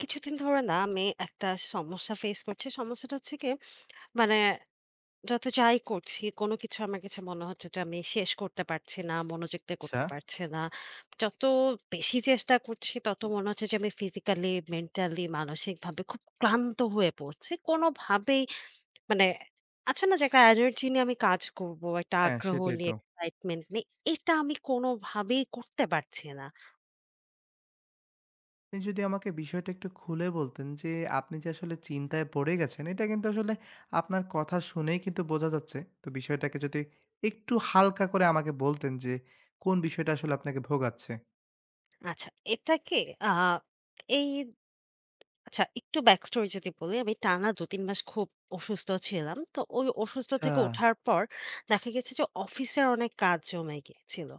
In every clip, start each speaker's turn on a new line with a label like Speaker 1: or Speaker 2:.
Speaker 1: কিছুদিন ধরে না আমি একটা সমস্যা ফেস করছি। সমস্যাটা হচ্ছে গিয়ে মানে যত যাই করছি, কোনো কিছু আমার কাছে মনে হচ্ছে যে আমি শেষ করতে পারছি না, মনোযোগ দিয়ে
Speaker 2: আচ্ছা,
Speaker 1: করতে পারছি না। যত বেশি চেষ্টা করছি তত মনে হচ্ছে যে আমি ফিজিক্যালি, মেন্টালি, মানসিকভাবে খুব ক্লান্ত হয়ে পড়ছি। কোনোভাবেই মানে আছে না যে একটা এনার্জি নিয়ে আমি কাজ করব, একটা
Speaker 2: হ্যাঁ,
Speaker 1: আগ্রহ
Speaker 2: সেটাই তো।
Speaker 1: নিয়ে, এক্সাইটমেন্ট নিয়ে, এটা আমি কোনোভাবেই করতে পারছি না।
Speaker 2: আপনি যদি আমাকে বিষয়টা একটু খুলে বলতেন যে, আপনি যে আসলে চিন্তায় পড়ে গেছেন, এটা কিন্তু আসলে আপনার কথা শুনেই কিন্তু বোঝা যাচ্ছে। তো বিষয়টাকে যদি একটু হালকা করে আমাকে বলতেন যে, কোন বিষয়টা আসলে আপনাকে ভোগাচ্ছে?
Speaker 1: আচ্ছা এটাকে আ এই আচ্ছা, একটু ব্যাক স্টোরি যদি বলি, আমি টানা ২-৩ মাস খুব অসুস্থ ছিলাম। তো ওই অসুস্থ
Speaker 2: আচ্ছা,
Speaker 1: থেকে ওঠার পর দেখা গেছে যে অফিসের অনেক কাজ জমে গিয়েছিল।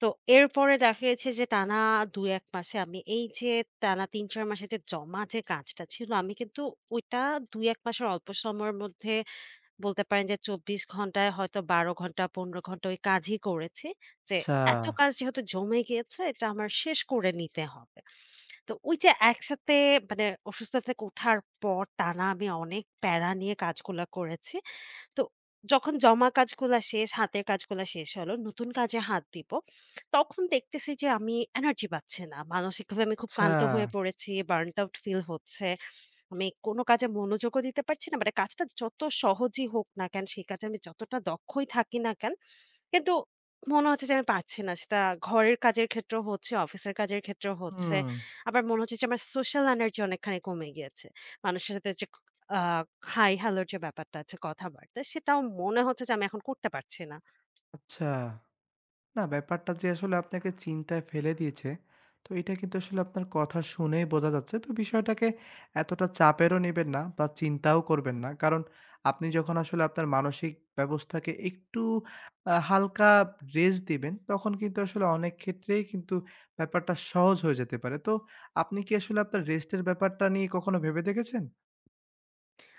Speaker 1: তো এরপরে দেখা গেছে যে টানা ২-১ মাসে আমি এই যে টানা ৩-৪ মাসে যে জমা যে কাজটা ছিল আমি কিন্তু ওইটা ২-১ মাসের অল্প সময়ের মধ্যে বলতে পারেন যে ২৪ ঘন্টায় হয়তো ১২ ঘন্টা ১৫ ঘন্টা ওই কাজই করেছি। যে
Speaker 2: আচ্ছা,
Speaker 1: এত কাজ যেহেতু জমে গিয়েছে এটা আমার শেষ করে নিতে হবে। তো ওই যে একসাথে মানে অসুস্থতা থেকে ওঠার পর টানা আমি অনেক প্যারা নিয়ে কাজগুলা করেছি। তো যখন জমা কাজগুলা শেষ, হাতের কাজগুলা শেষ হলো, নতুন কাজে হাত দিব। তখন দেখতেছি যে আমি এনার্জি পাচ্ছি না। মানসিকভাবে আমি খুব
Speaker 2: আচ্ছা,
Speaker 1: ক্লান্ত হয়ে পড়েছি, বার্নড আউট ফিল হচ্ছে। আমি কোনো কাজে মনোযোগও দিতে পারছি না। মানে কাজটা যত সহজই হোক না কেন, সেই কাজে আমি যতটা দক্ষই থাকি না কেন, কিন্তু মনে হচ্ছে যে আমি পারছি না। সেটা ঘরের কাজের ক্ষেত্রেও হচ্ছে, অফিসের কাজের ক্ষেত্রেও হচ্ছে।
Speaker 2: হুম,
Speaker 1: আবার মনে হচ্ছে যে আমার সোশ্যাল এনার্জি অনেকখানি কমে গিয়েছে। মানুষের সাথে যে আ হাই হ্যালো র যে ব্যাপারটা আছে কথাবার্তা, সেটাও মনে হচ্ছে যে আমি এখন করতে পারছি না।
Speaker 2: আচ্ছা। না, ব্যাপারটা যে আসলে আপনাকে চিন্তায় ফেলে দিয়েছে, তো এটা কিন্তু আসলে আপনার কথা শুনেই বোঝা যাচ্ছে। তো বিষয়টাকে এতটা চাপেরও নিবেন না বা চিন্তাও করবেন না। কারণ আপনি যখন আসলে আপনার মানসিক ব্যবস্থাকে একটু হালকা রেস্ট দিবেন, তখন কিন্তু আসলে অনেক ক্ষেত্রেই কিন্তু ব্যাপারটা সহজ হয়ে যেতে পারে। তো আপনি কি আসলে আপনার রেস্টের ব্যাপারটা নিয়ে কখনো ভেবে দেখেছেন?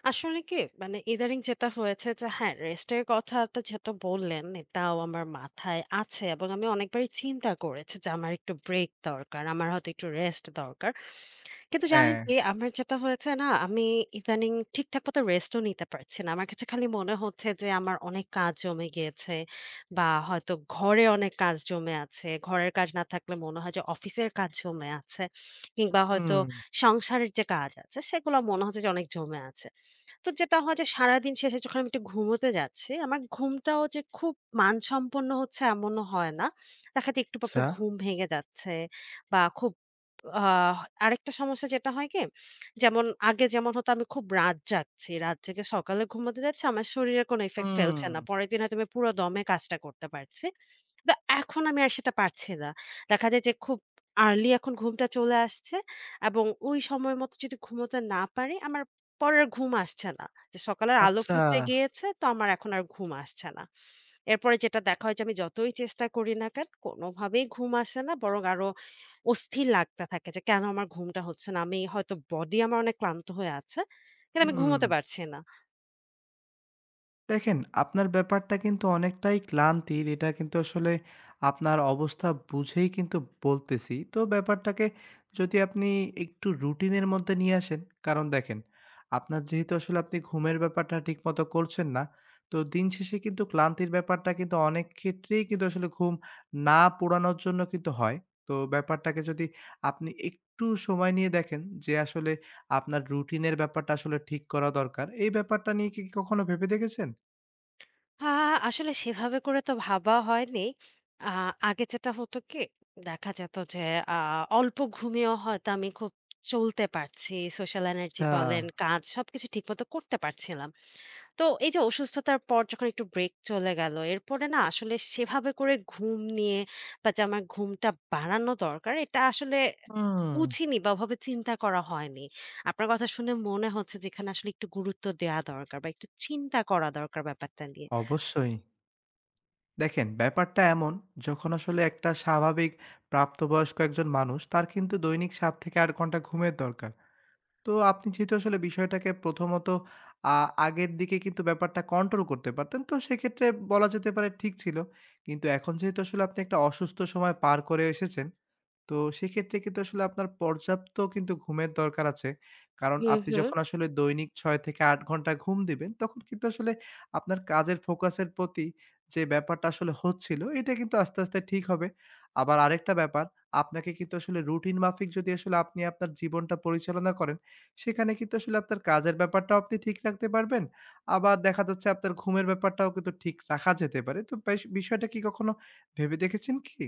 Speaker 1: আসলে কি মানে ইদানিং যেটা হয়েছে যে হ্যাঁ, রেস্টের কথাটা যেহেতু বললেন, এটাও আমার মাথায় আছে এবং আমি অনেকবারই চিন্তা করেছি যে আমার একটু ব্রেক দরকার, আমার হয়তো একটু রেস্ট দরকার। কিন্তু জানেন
Speaker 2: হ্যাঁ।
Speaker 1: কি আমার যেটা হয়েছে না, আমি ইদানিং ঠিকঠাক মতো রেস্টও নিতে পারছি না। আমার কাছে খালি মনে হচ্ছে যে আমার অনেক কাজ জমে গিয়েছে, বা হয়তো ঘরে অনেক কাজ জমে আছে, ঘরের কাজ না থাকলে মনে হয় যে অফিসের কাজ জমে আছে, কিংবা হয়তো
Speaker 2: হুম,
Speaker 1: সংসারের যে কাজ আছে সেগুলো মনে হচ্ছে যে অনেক জমে আছে। তো যেটা হয় যে সারাদিন শেষে যখন আমি একটু ঘুমোতে যাচ্ছি, আমার ঘুমটাও যে খুব মানসম্পন্ন হচ্ছে এমনও হয় না। দেখা যায় একটু পরপর
Speaker 2: আচ্ছা।
Speaker 1: ঘুম ভেঙে যাচ্ছে, বা খুব আ আরেকটা সমস্যা যেটা হয় কি? যেমন আগে যেমন হতো আমি খুব রাত জাগছি। রাত জেগে সকালে ঘুমোতে যাচ্ছি, আমার শরীরে কোনো ইফেক্ট
Speaker 2: হুম,
Speaker 1: ফেলছে না। পরের দিন হয়তো আমি পুরো দমে কাজটা করতে পারছি। দা এখন আমি আর সেটা পারছি না। দেখা যায় যে খুব আর্লি এখন ঘুমটা চলে আসছে, এবং ওই সময় মতো যদি ঘুমোতে না পারি, আমার পরে আর ঘুম আসছে না। যে সকালের আলো
Speaker 2: আচ্ছা।
Speaker 1: ফুটে গিয়েছে তো আমার এখন আর ঘুম আসছে না। এরপরে যেটা দেখা হয় যে আমি যতই চেষ্টা করি না কেন কোনোভাবেই ঘুম আসে না, বরং আরো অস্থির লাগতে থাকে যে কেন আমার ঘুমটা হচ্ছে না। আমি হয়তো বডি আমার অনেক ক্লান্ত হয়ে আছে। কিন্তু আমি
Speaker 2: হুম।
Speaker 1: ঘুমোতে পারছি না।
Speaker 2: দেখেন, আপনার ব্যাপারটা কিন্তু অনেকটাই ক্লান্তির। এটা কিন্তু আসলে আপনার অবস্থা বুঝেই কিন্তু বলতেছি। তো ব্যাপারটাকে যদি আপনি একটু রুটিনের মধ্যে নিয়ে আসেন, কারণ দেখেন, আপনার যেহেতু আসলে আপনি ঘুমের ব্যাপারটা ঠিকমতো করছেন না, তো দিন শেষে কিন্তু ক্লান্তির ব্যাপারটা কিন্তু অনেক ক্ষেত্রেই কিন্তু আসলে ঘুম না পোড়ানোর জন্য কিন্তু হয়। তো ব্যাপারটাকে যদি আপনি একটু সময় নিয়ে দেখেন যে আসলে আপনার রুটিনের ব্যাপারটা আসলে ঠিক করা দরকার। এই ব্যাপারটা নিয়ে কি কখনো ভেবে দেখেছেন?
Speaker 1: আ আসলে সেভাবে করে তো ভাবা হয়নি। আ আগে যেটা হতো কি, দেখা যেত যে আ অল্প ঘুমিয়েও হয়তো আমি খুব চলতে পারছি। সোশ্যাল এনার্জি
Speaker 2: আচ্ছা।
Speaker 1: বলেন, কাজ সবকিছু ঠিকমতো করতে পারছিলাম। তো এই যে অসুস্থতার পর যখন একটু ব্রেক চলে গেল, এরপরে না আসলে সেভাবে করে ঘুম নিয়ে, বা যে আমার ঘুমটা বাড়ানো দরকার, এটা আসলে
Speaker 2: হুম,
Speaker 1: বুঝিনি বা ওভাবে চিন্তা করা হয়নি। আপনার কথা শুনে মনে হচ্ছে যে এখানে আসলে একটু গুরুত্ব দেয়া দরকার বা একটু চিন্তা করা দরকার ব্যাপারটা নিয়ে।
Speaker 2: অবশ্যই। দেখেন ব্যাপারটা এমন, যখন আসলে একটা স্বাভাবিক প্রাপ্তবয়স্ক একজন মানুষ, তার কিন্তু দৈনিক ৭ থেকে ৮ ঘন্টা ঘুমের দরকার। তো আপনি যেহেতু আসলে বিষয়টাকে প্রথমত আ আগের দিকে কিন্তু ব্যাপারটা কন্ট্রোল করতে পারতেন। তো সেক্ষেত্রে বলা যেতে পারে ঠিক ছিল। কিন্তু এখন যেহেতু আসলে আপনি একটা অসুস্থ সময় পার করে এসেছেন, তো সেক্ষেত্রে কিন্তু আসলে আপনার পর্যাপ্ত কিন্তু ঘুমের দরকার আছে। কারণ
Speaker 1: হুম,
Speaker 2: আপনি
Speaker 1: হুম।
Speaker 2: যখন আসলে দৈনিক ৬ থেকে ৮ ঘন্টা ঘুম দিবেন, তখন কিন্তু আসলে আপনার কাজের ফোকাসের প্রতি যে ব্যাপারটা আসলে হচ্ছিল, এটা কিন্তু আস্তে, আস্তে ঠিক হবে। আবার আরেকটা ব্যাপার, আপনাকে কিন্তু আসলে রুটিন মাফিক যদি আসলে আপনি আপনার জীবনটা পরিচালনা করেন, সেখানে কিন্তু আসলে আপনার কাজের ব্যাপারটাও আপনি ঠিক রাখতে পারবেন। আবার দেখা যাচ্ছে আপনার ঘুমের ব্যাপারটাও কিন্তু ঠিক রাখা যেতে পারে। তো বেশ, বিষয়টা কি কখনো ভেবে দেখেছেন কি?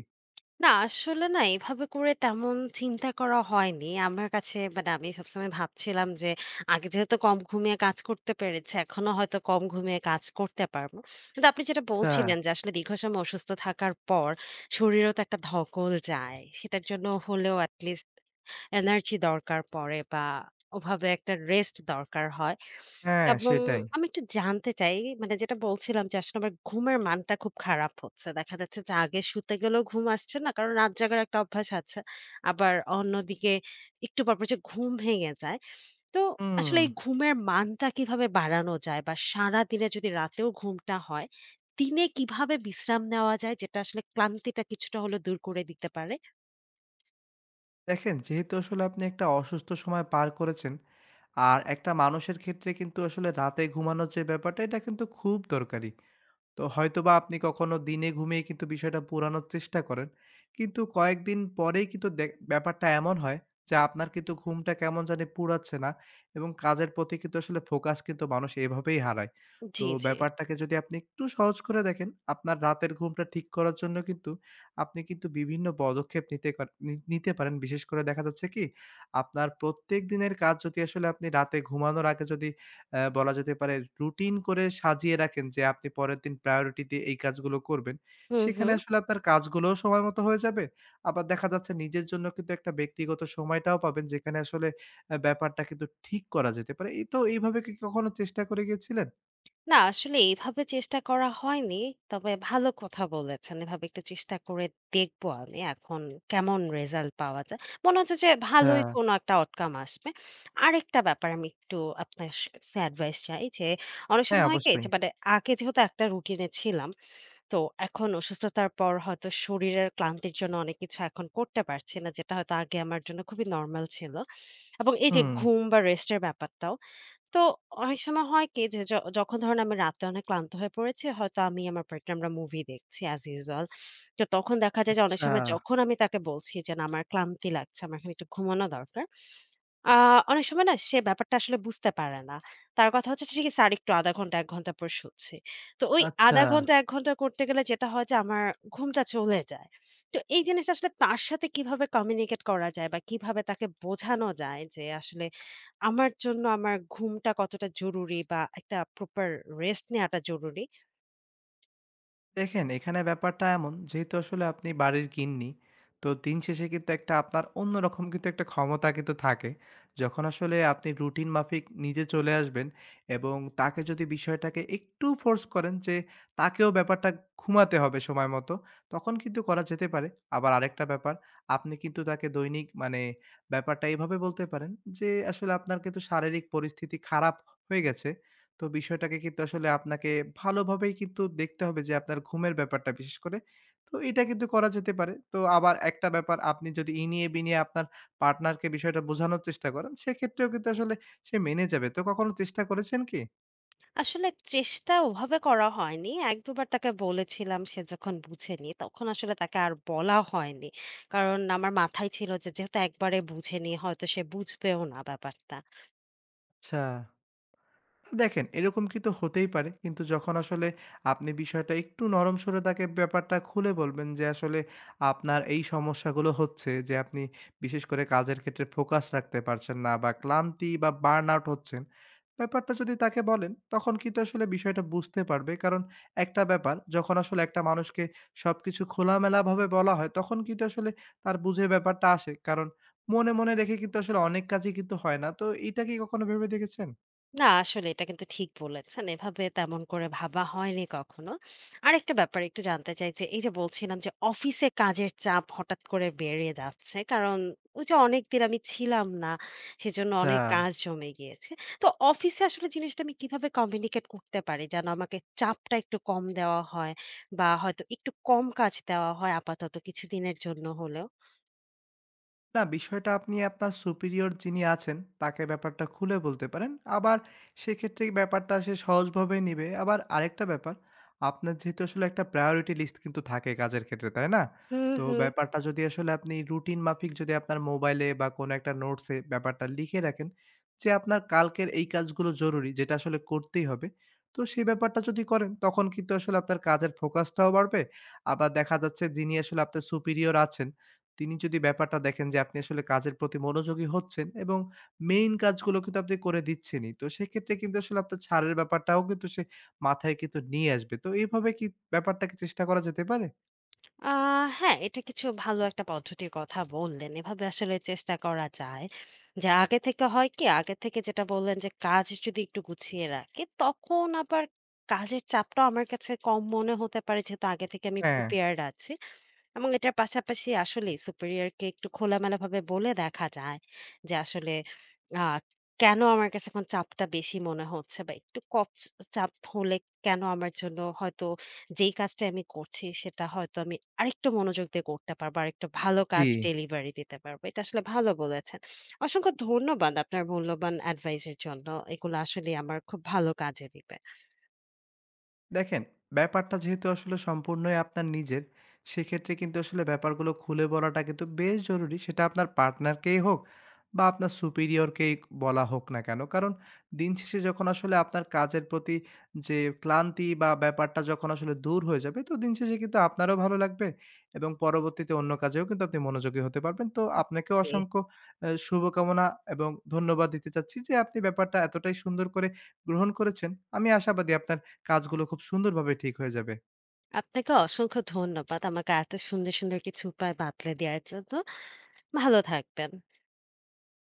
Speaker 1: না আসলে না এভাবে করে তেমন চিন্তা করা হয়নি। আমার কাছে মানে আমি সবসময় ভাবছিলাম যে আগে যেহেতু কম ঘুমিয়ে কাজ করতে পেরেছি, এখনো হয়তো কম ঘুমিয়ে কাজ করতে পারবো। কিন্তু আপনি যেটা
Speaker 2: আচ্ছা।
Speaker 1: বলছিলেন যে আসলে দীর্ঘ সময় অসুস্থ থাকার পর শরীরেও তো একটা ধকল যায়। সেটার জন্য হলেও এটলিস্ট এনার্জি দরকার পড়ে, বা ওভাবে একটা রেস্ট দরকার হয়।
Speaker 2: হ্যাঁ,
Speaker 1: এবং
Speaker 2: সেটাই।
Speaker 1: আমি একটু জানতে চাই, মানে যেটা বলছিলাম যে আসলে আমার ঘুমের মানটা খুব খারাপ হচ্ছে। দেখা যাচ্ছে যে আগে শুতে গেলেও ঘুম আসছে না। কারণ রাত জাগার একটা অভ্যাস আছে। আবার অন্যদিকে একটু পরপর যে ঘুম ভেঙে যায়। তো
Speaker 2: হুম,
Speaker 1: আসলে এই ঘুমের মানটা কিভাবে বাড়ানো যায়, বা সারাদিনে যদি রাতেও ঘুমটা হয়, দিনে কিভাবে বিশ্রাম নেওয়া যায় যেটা আসলে ক্লান্তিটা কিছুটা হলেও দূর করে দিতে পারে?
Speaker 2: দেখেন, যেহেতু আসলে আপনি একটা অসুস্থ সময় পার করেছেন, আর একটা মানুষের ক্ষেত্রে কিন্তু আসলে রাতে ঘুমানোর যে ব্যাপারটা, এটা কিন্তু খুব দরকারি। তো হয়তোবা আপনি কখনো দিনে ঘুমিয়ে কিন্তু বিষয়টা পুরানোর চেষ্টা করেন। কিন্তু কয়েকদিন পরেই কিন্তু ব্যাপারটা এমন হয় যে আপনার কিন্তু ঘুমটা কেমন জানি পুড়াচ্ছে না, এবং কাজের প্রতি কিন্তু আসলে ফোকাস কিন্তু মানুষ এভাবেই হারায়। তো
Speaker 1: জি, জি।
Speaker 2: ব্যাপারটাকে যদি আপনি একটু সহজ করে দেখেন, আপনার রাতের ঘুমটা ঠিক করার জন্য কিন্তু আপনি কিন্তু বিভিন্ন পদক্ষেপ নিতে কর নি নিতে পারেন। বিশেষ করে দেখা যাচ্ছে কি, আপনার প্রত্যেক দিনের কাজ যদি আসলে আপনি রাতে ঘুমানোর আগে যদি বলা যেতে পারে রুটিন করে সাজিয়ে রাখেন, যে আপনি পরের দিন প্রায়োরিটি দিয়ে এই কাজগুলো করবেন।
Speaker 1: হু, হু।
Speaker 2: সেখানে আসলে আপনার কাজগুলোও সময় মতো হয়ে যাবে। আবার দেখা যাচ্ছে নিজের জন্য কিন্তু একটা ব্যক্তিগত সময়টাও পাবেন যেখানে আসলে ব্যাপারটা কিন্তু ঠিক করা যেতে পারে। এই তো, এইভাবে কি কখনো চেষ্টা করে গিয়েছিলেন?
Speaker 1: না আসলে এভাবে চেষ্টা করা হয়নি। তবে ভালো কথা বলেছেন। এভাবে একটু চেষ্টা করে দেখবো আমি এখন কেমন রেজাল্ট পাওয়া যায়। মনে হচ্ছে যে
Speaker 2: আচ্ছা।
Speaker 1: ভালোই কোনো একটা আউটকাম আসবে। আরেকটা ব্যাপার আমি একটু আপনার সে অ্যাডভাইস চাই যে অনেক
Speaker 2: হ্যাঁ,
Speaker 1: সময় হয় কি
Speaker 2: অবশ্যই।
Speaker 1: যে মানে আগে যেহেতু একটা রুটিনে ছিলাম। তো এখন অসুস্থতার পর হয়তো শরীরের ক্লান্তির জন্য অনেক কিছু এখন করতে পারছি না। যেটা হয়তো আগে আমার জন্য খুবই নরমাল ছিল। এবং এই যে
Speaker 2: হুম।
Speaker 1: ঘুম বা রেস্টের ব্যাপারটাও, তো অনেক সময় হয় কি যে যখন ধরেন আমি রাতে অনেক ক্লান্ত হয়ে পড়েছি, হয়তো আমি আমার পার্টনার আমরা মুভি দেখছি as usual। তো তখন দেখা যায় যে অনেক
Speaker 2: আচ্ছা,
Speaker 1: সময় যখন আমি তাকে বলছি যে, "না আমার ক্লান্তি লাগছে, আমার এখন একটু ঘুমানো দরকার।" আ অনেক সময় না সে ব্যাপারটা আসলে বুঝতে পারে না। তার কথা হচ্ছে সে কি স্যার একটু ০.৫ ঘন্টা ১ ঘন্টা পর শুচ্ছি। তো ওই
Speaker 2: আচ্ছা।
Speaker 1: ০.৫ ঘন্টা ১ ঘন্টা করতে গেলে যেটা হয় যে আমার ঘুমটা চলে যায়। তো এই জিনিসটা আসলে তার সাথে কিভাবে কমিউনিকেট করা যায়, বা কিভাবে তাকে বোঝানো যায় যে আসলে আমার জন্য আমার ঘুমটা কতটা জরুরি বা একটা প্রপার রেস্ট নেয়াটা জরুরি?
Speaker 2: দেখেন, এখানে ব্যাপারটা এমন, যেহেতু আসলে আপনি বাড়ির গিন্নি, তো দিন শেষে কিন্তু একটা আপনার অন্যরকম কিন্তু একটা ক্ষমতা কিন্তু থাকে। যখন আসলে আপনি রুটিন মাফিক নিজে চলে আসবেন এবং তাকে যদি বিষয়টাকে একটু ফোর্স করেন যে তাকেও ব্যাপারটা ঘুমাতে হবে সময় মতো, তখন কিন্তু করা যেতে পারে। আবার আরেকটা ব্যাপার, আপনি কিন্তু তাকে দৈনিক মানে ব্যাপারটা এভাবে বলতে পারেন যে আসলে আপনার কিন্তু শারীরিক পরিস্থিতি খারাপ হয়ে গেছে। তো বিষয়টাকে কিন্তু আসলে আপনাকে ভালোভাবেই কিন্তু দেখতে হবে যে আপনার ঘুমের ব্যাপারটা, বিশেষ করে। তো এটা কিন্তু করা যেতে পারে। তো আবার একটা ব্যাপার, আপনি যদি ইনিয়ে বিনিয়ে আপনার পার্টনারকে বিষয়টা বোঝানোর চেষ্টা করেন, সেক্ষেত্রেও কিন্তু আসলে সে মেনে যাবে। তো কখনো চেষ্টা করেছেন কি?
Speaker 1: আসলে চেষ্টা ওভাবে করা হয়নি। ১-২ বার তাকে বলেছিলাম, সে যখন বুঝেনি, তখন আসলে তাকে আর বলা হয়নি। কারণ আমার মাথায় ছিল যে যেহেতু একবারে বুঝেনি, হয়তো সে বুঝবেও না ব্যাপারটা।
Speaker 2: আচ্ছা। দেখেন, এরকম কিন্তু হতেই পারে, কিন্তু যখন আসলে আপনি বিষয়টা একটু নরম সুরে তাকে ব্যাপারটা খুলে বলবেন যে আসলে আপনার এই সমস্যাগুলো হচ্ছে, যে আপনি বিশেষ করে কাজের ক্ষেত্রে ফোকাস রাখতে পারছেন না, বা ক্লান্তি বা বার্ন আউট হচ্ছেন, ব্যাপারটা যদি তাকে বলেন, তখন কিন্তু আসলে বিষয়টা বুঝতে পারবে। কারণ একটা ব্যাপার, যখন আসলে একটা মানুষকে সবকিছু খোলামেলাভাবে বলা হয়, তখন কিন্তু আসলে তার বুঝে ব্যাপারটা আসে। কারণ মনে মনে রেখে কিন্তু আসলে অনেক কাজই কিন্তু হয় না। তো এটা কি কখনো ভেবে দেখেছেন?
Speaker 1: না আসলে এটা কিন্তু ঠিক বলেছেন। এভাবে তেমন করে ভাবা হয়নি কখনো। আরেকটা ব্যাপার একটু জানতে চাই যে, এই যে বলছিলাম যে অফিসে কাজের চাপ হঠাৎ করে বেড়ে যাচ্ছে। কারণ ওই যে অনেকদিন আমি ছিলাম না। সেজন্য
Speaker 2: আচ্ছা।
Speaker 1: অনেক কাজ জমে গিয়েছে। তো অফিসে আসলে জিনিসটা আমি কিভাবে কমিউনিকেট করতে পারি যেন আমাকে চাপটা একটু কম দেওয়া হয়, বা হয়তো একটু কম কাজ দেওয়া হয় আপাতত কিছুদিনের জন্য হলেও?
Speaker 2: না, বিষয়টা আপনি আপনার superior যিনি আছেন, তাকে ব্যাপারটা খুলে বলতে পারেন। আবার সেক্ষেত্রে ব্যাপারটা সে সহজভাবে নিবে। আবার আরেকটা ব্যাপার, আপনার যেহেতু আসলে একটা priority list কিন্তু থাকে কাজের ক্ষেত্রে, তাই না?
Speaker 1: হুম,
Speaker 2: তো
Speaker 1: হুম।
Speaker 2: ব্যাপারটা যদি আসলে আপনি রুটিন মাফিক যদি আপনার মোবাইলে বা কোনো একটা নোটসে ব্যাপারটা লিখে রাখেন যে, আপনার কালকের এই কাজগুলো জরুরি, যেটা আসলে করতেই হবে। তো সেই ব্যাপারটা যদি করেন, তখন কিন্তু আসলে আপনার কাজের ফোকাসটাও বাড়বে। আবার দেখা যাচ্ছে, যিনি আসলে আপনার superior আছেন, তিনি যদি ব্যাপারটা দেখেন যে আপনি আসলে কাজের প্রতি মনোযোগী হচ্ছেন, এবং মেইন কাজগুলো কিন্তু আপনি করে দিচ্ছেনই। তো সেক্ষেত্রে কিন্তু আসলে আপনার ছাড়ের ব্যাপারটাও কিন্তু সে মাথায় কিন্তু নিয়ে আসবে। তো এভাবে কি ব্যাপারটাকে চেষ্টা করা যেতে পারে?
Speaker 1: আ হ্যাঁ, এটা কিছু ভালো একটা পদ্ধতির কথা বললেন। এভাবে আসলে চেষ্টা করা যায়। যে আগে থেকে হয় কি, আগে থেকে যেটা বললেন যে কাজ যদি একটু গুছিয়ে রাখি, তখন আবার কাজের চাপটাও আমার কাছে কম মনে হতে পারে যেহেতু আগে থেকে আমি
Speaker 2: হ্যাঁ,
Speaker 1: প্রিপেয়ার্ড আছি। এবং এটার পাশাপাশি আসলেই superior-কে একটু খোলামেলাভাবে বলে দেখা যায় যে আসলে আ কেন আমার কাছে এখন চাপটা বেশি মনে হচ্ছে বা একটু কম চাপ হলে কেন আমার জন্য হয়তো যেই কাজটা আমি করছি সেটা হয়তো আমি আরেকটু মনোযোগ দিয়ে করতে পারবো, আরেকটু ভালো
Speaker 2: জি।
Speaker 1: কাজ ডেলিভারি দিতে পারবো। এটা আসলে ভালো বলেছেন। অসংখ্য ধন্যবাদ আপনার মূল্যবান অ্যাডভাইসের জন্য। এগুলো আসলেই আমার খুব ভালো কাজে দিবে।
Speaker 2: দেখেন, ব্যাপারটা যেহেতু আসলে সম্পূর্ণই আপনার নিজের, সেক্ষেত্রে কিন্তু আসলে ব্যাপারগুলো খুলে বলাটা কিন্তু বেশ জরুরি। সেটা আপনার পার্টনারকেই হোক বা আপনার superior-কেই বলা হোক না কেন। কারণ দিন শেষে যখন আসলে আপনার কাজের প্রতি যে ক্লান্তি বা ব্যাপারটা যখন আসলে দূর হয়ে যাবে, তো দিন শেষে কিন্তু আপনারও ভালো লাগবে এবং পরবর্তীতে অন্য কাজেও কিন্তু আপনি মনোযোগী হতে পারবেন। তো আপনাকেও
Speaker 1: জি।
Speaker 2: অসংখ্য শুভকামনা এবং ধন্যবাদ দিতে চাচ্ছি, যে আপনি ব্যাপারটা এতটাই সুন্দর করে গ্রহণ করেছেন। আমি আশাবাদী আপনার কাজগুলো খুব সুন্দরভাবে ঠিক হয়ে যাবে।
Speaker 1: আপনাকে অসংখ্য ধন্যবাদ আমাকে এত সুন্দর, সুন্দর কিছু উপায় বাতলে দেওয়ার জন্য। ভালো থাকবেন।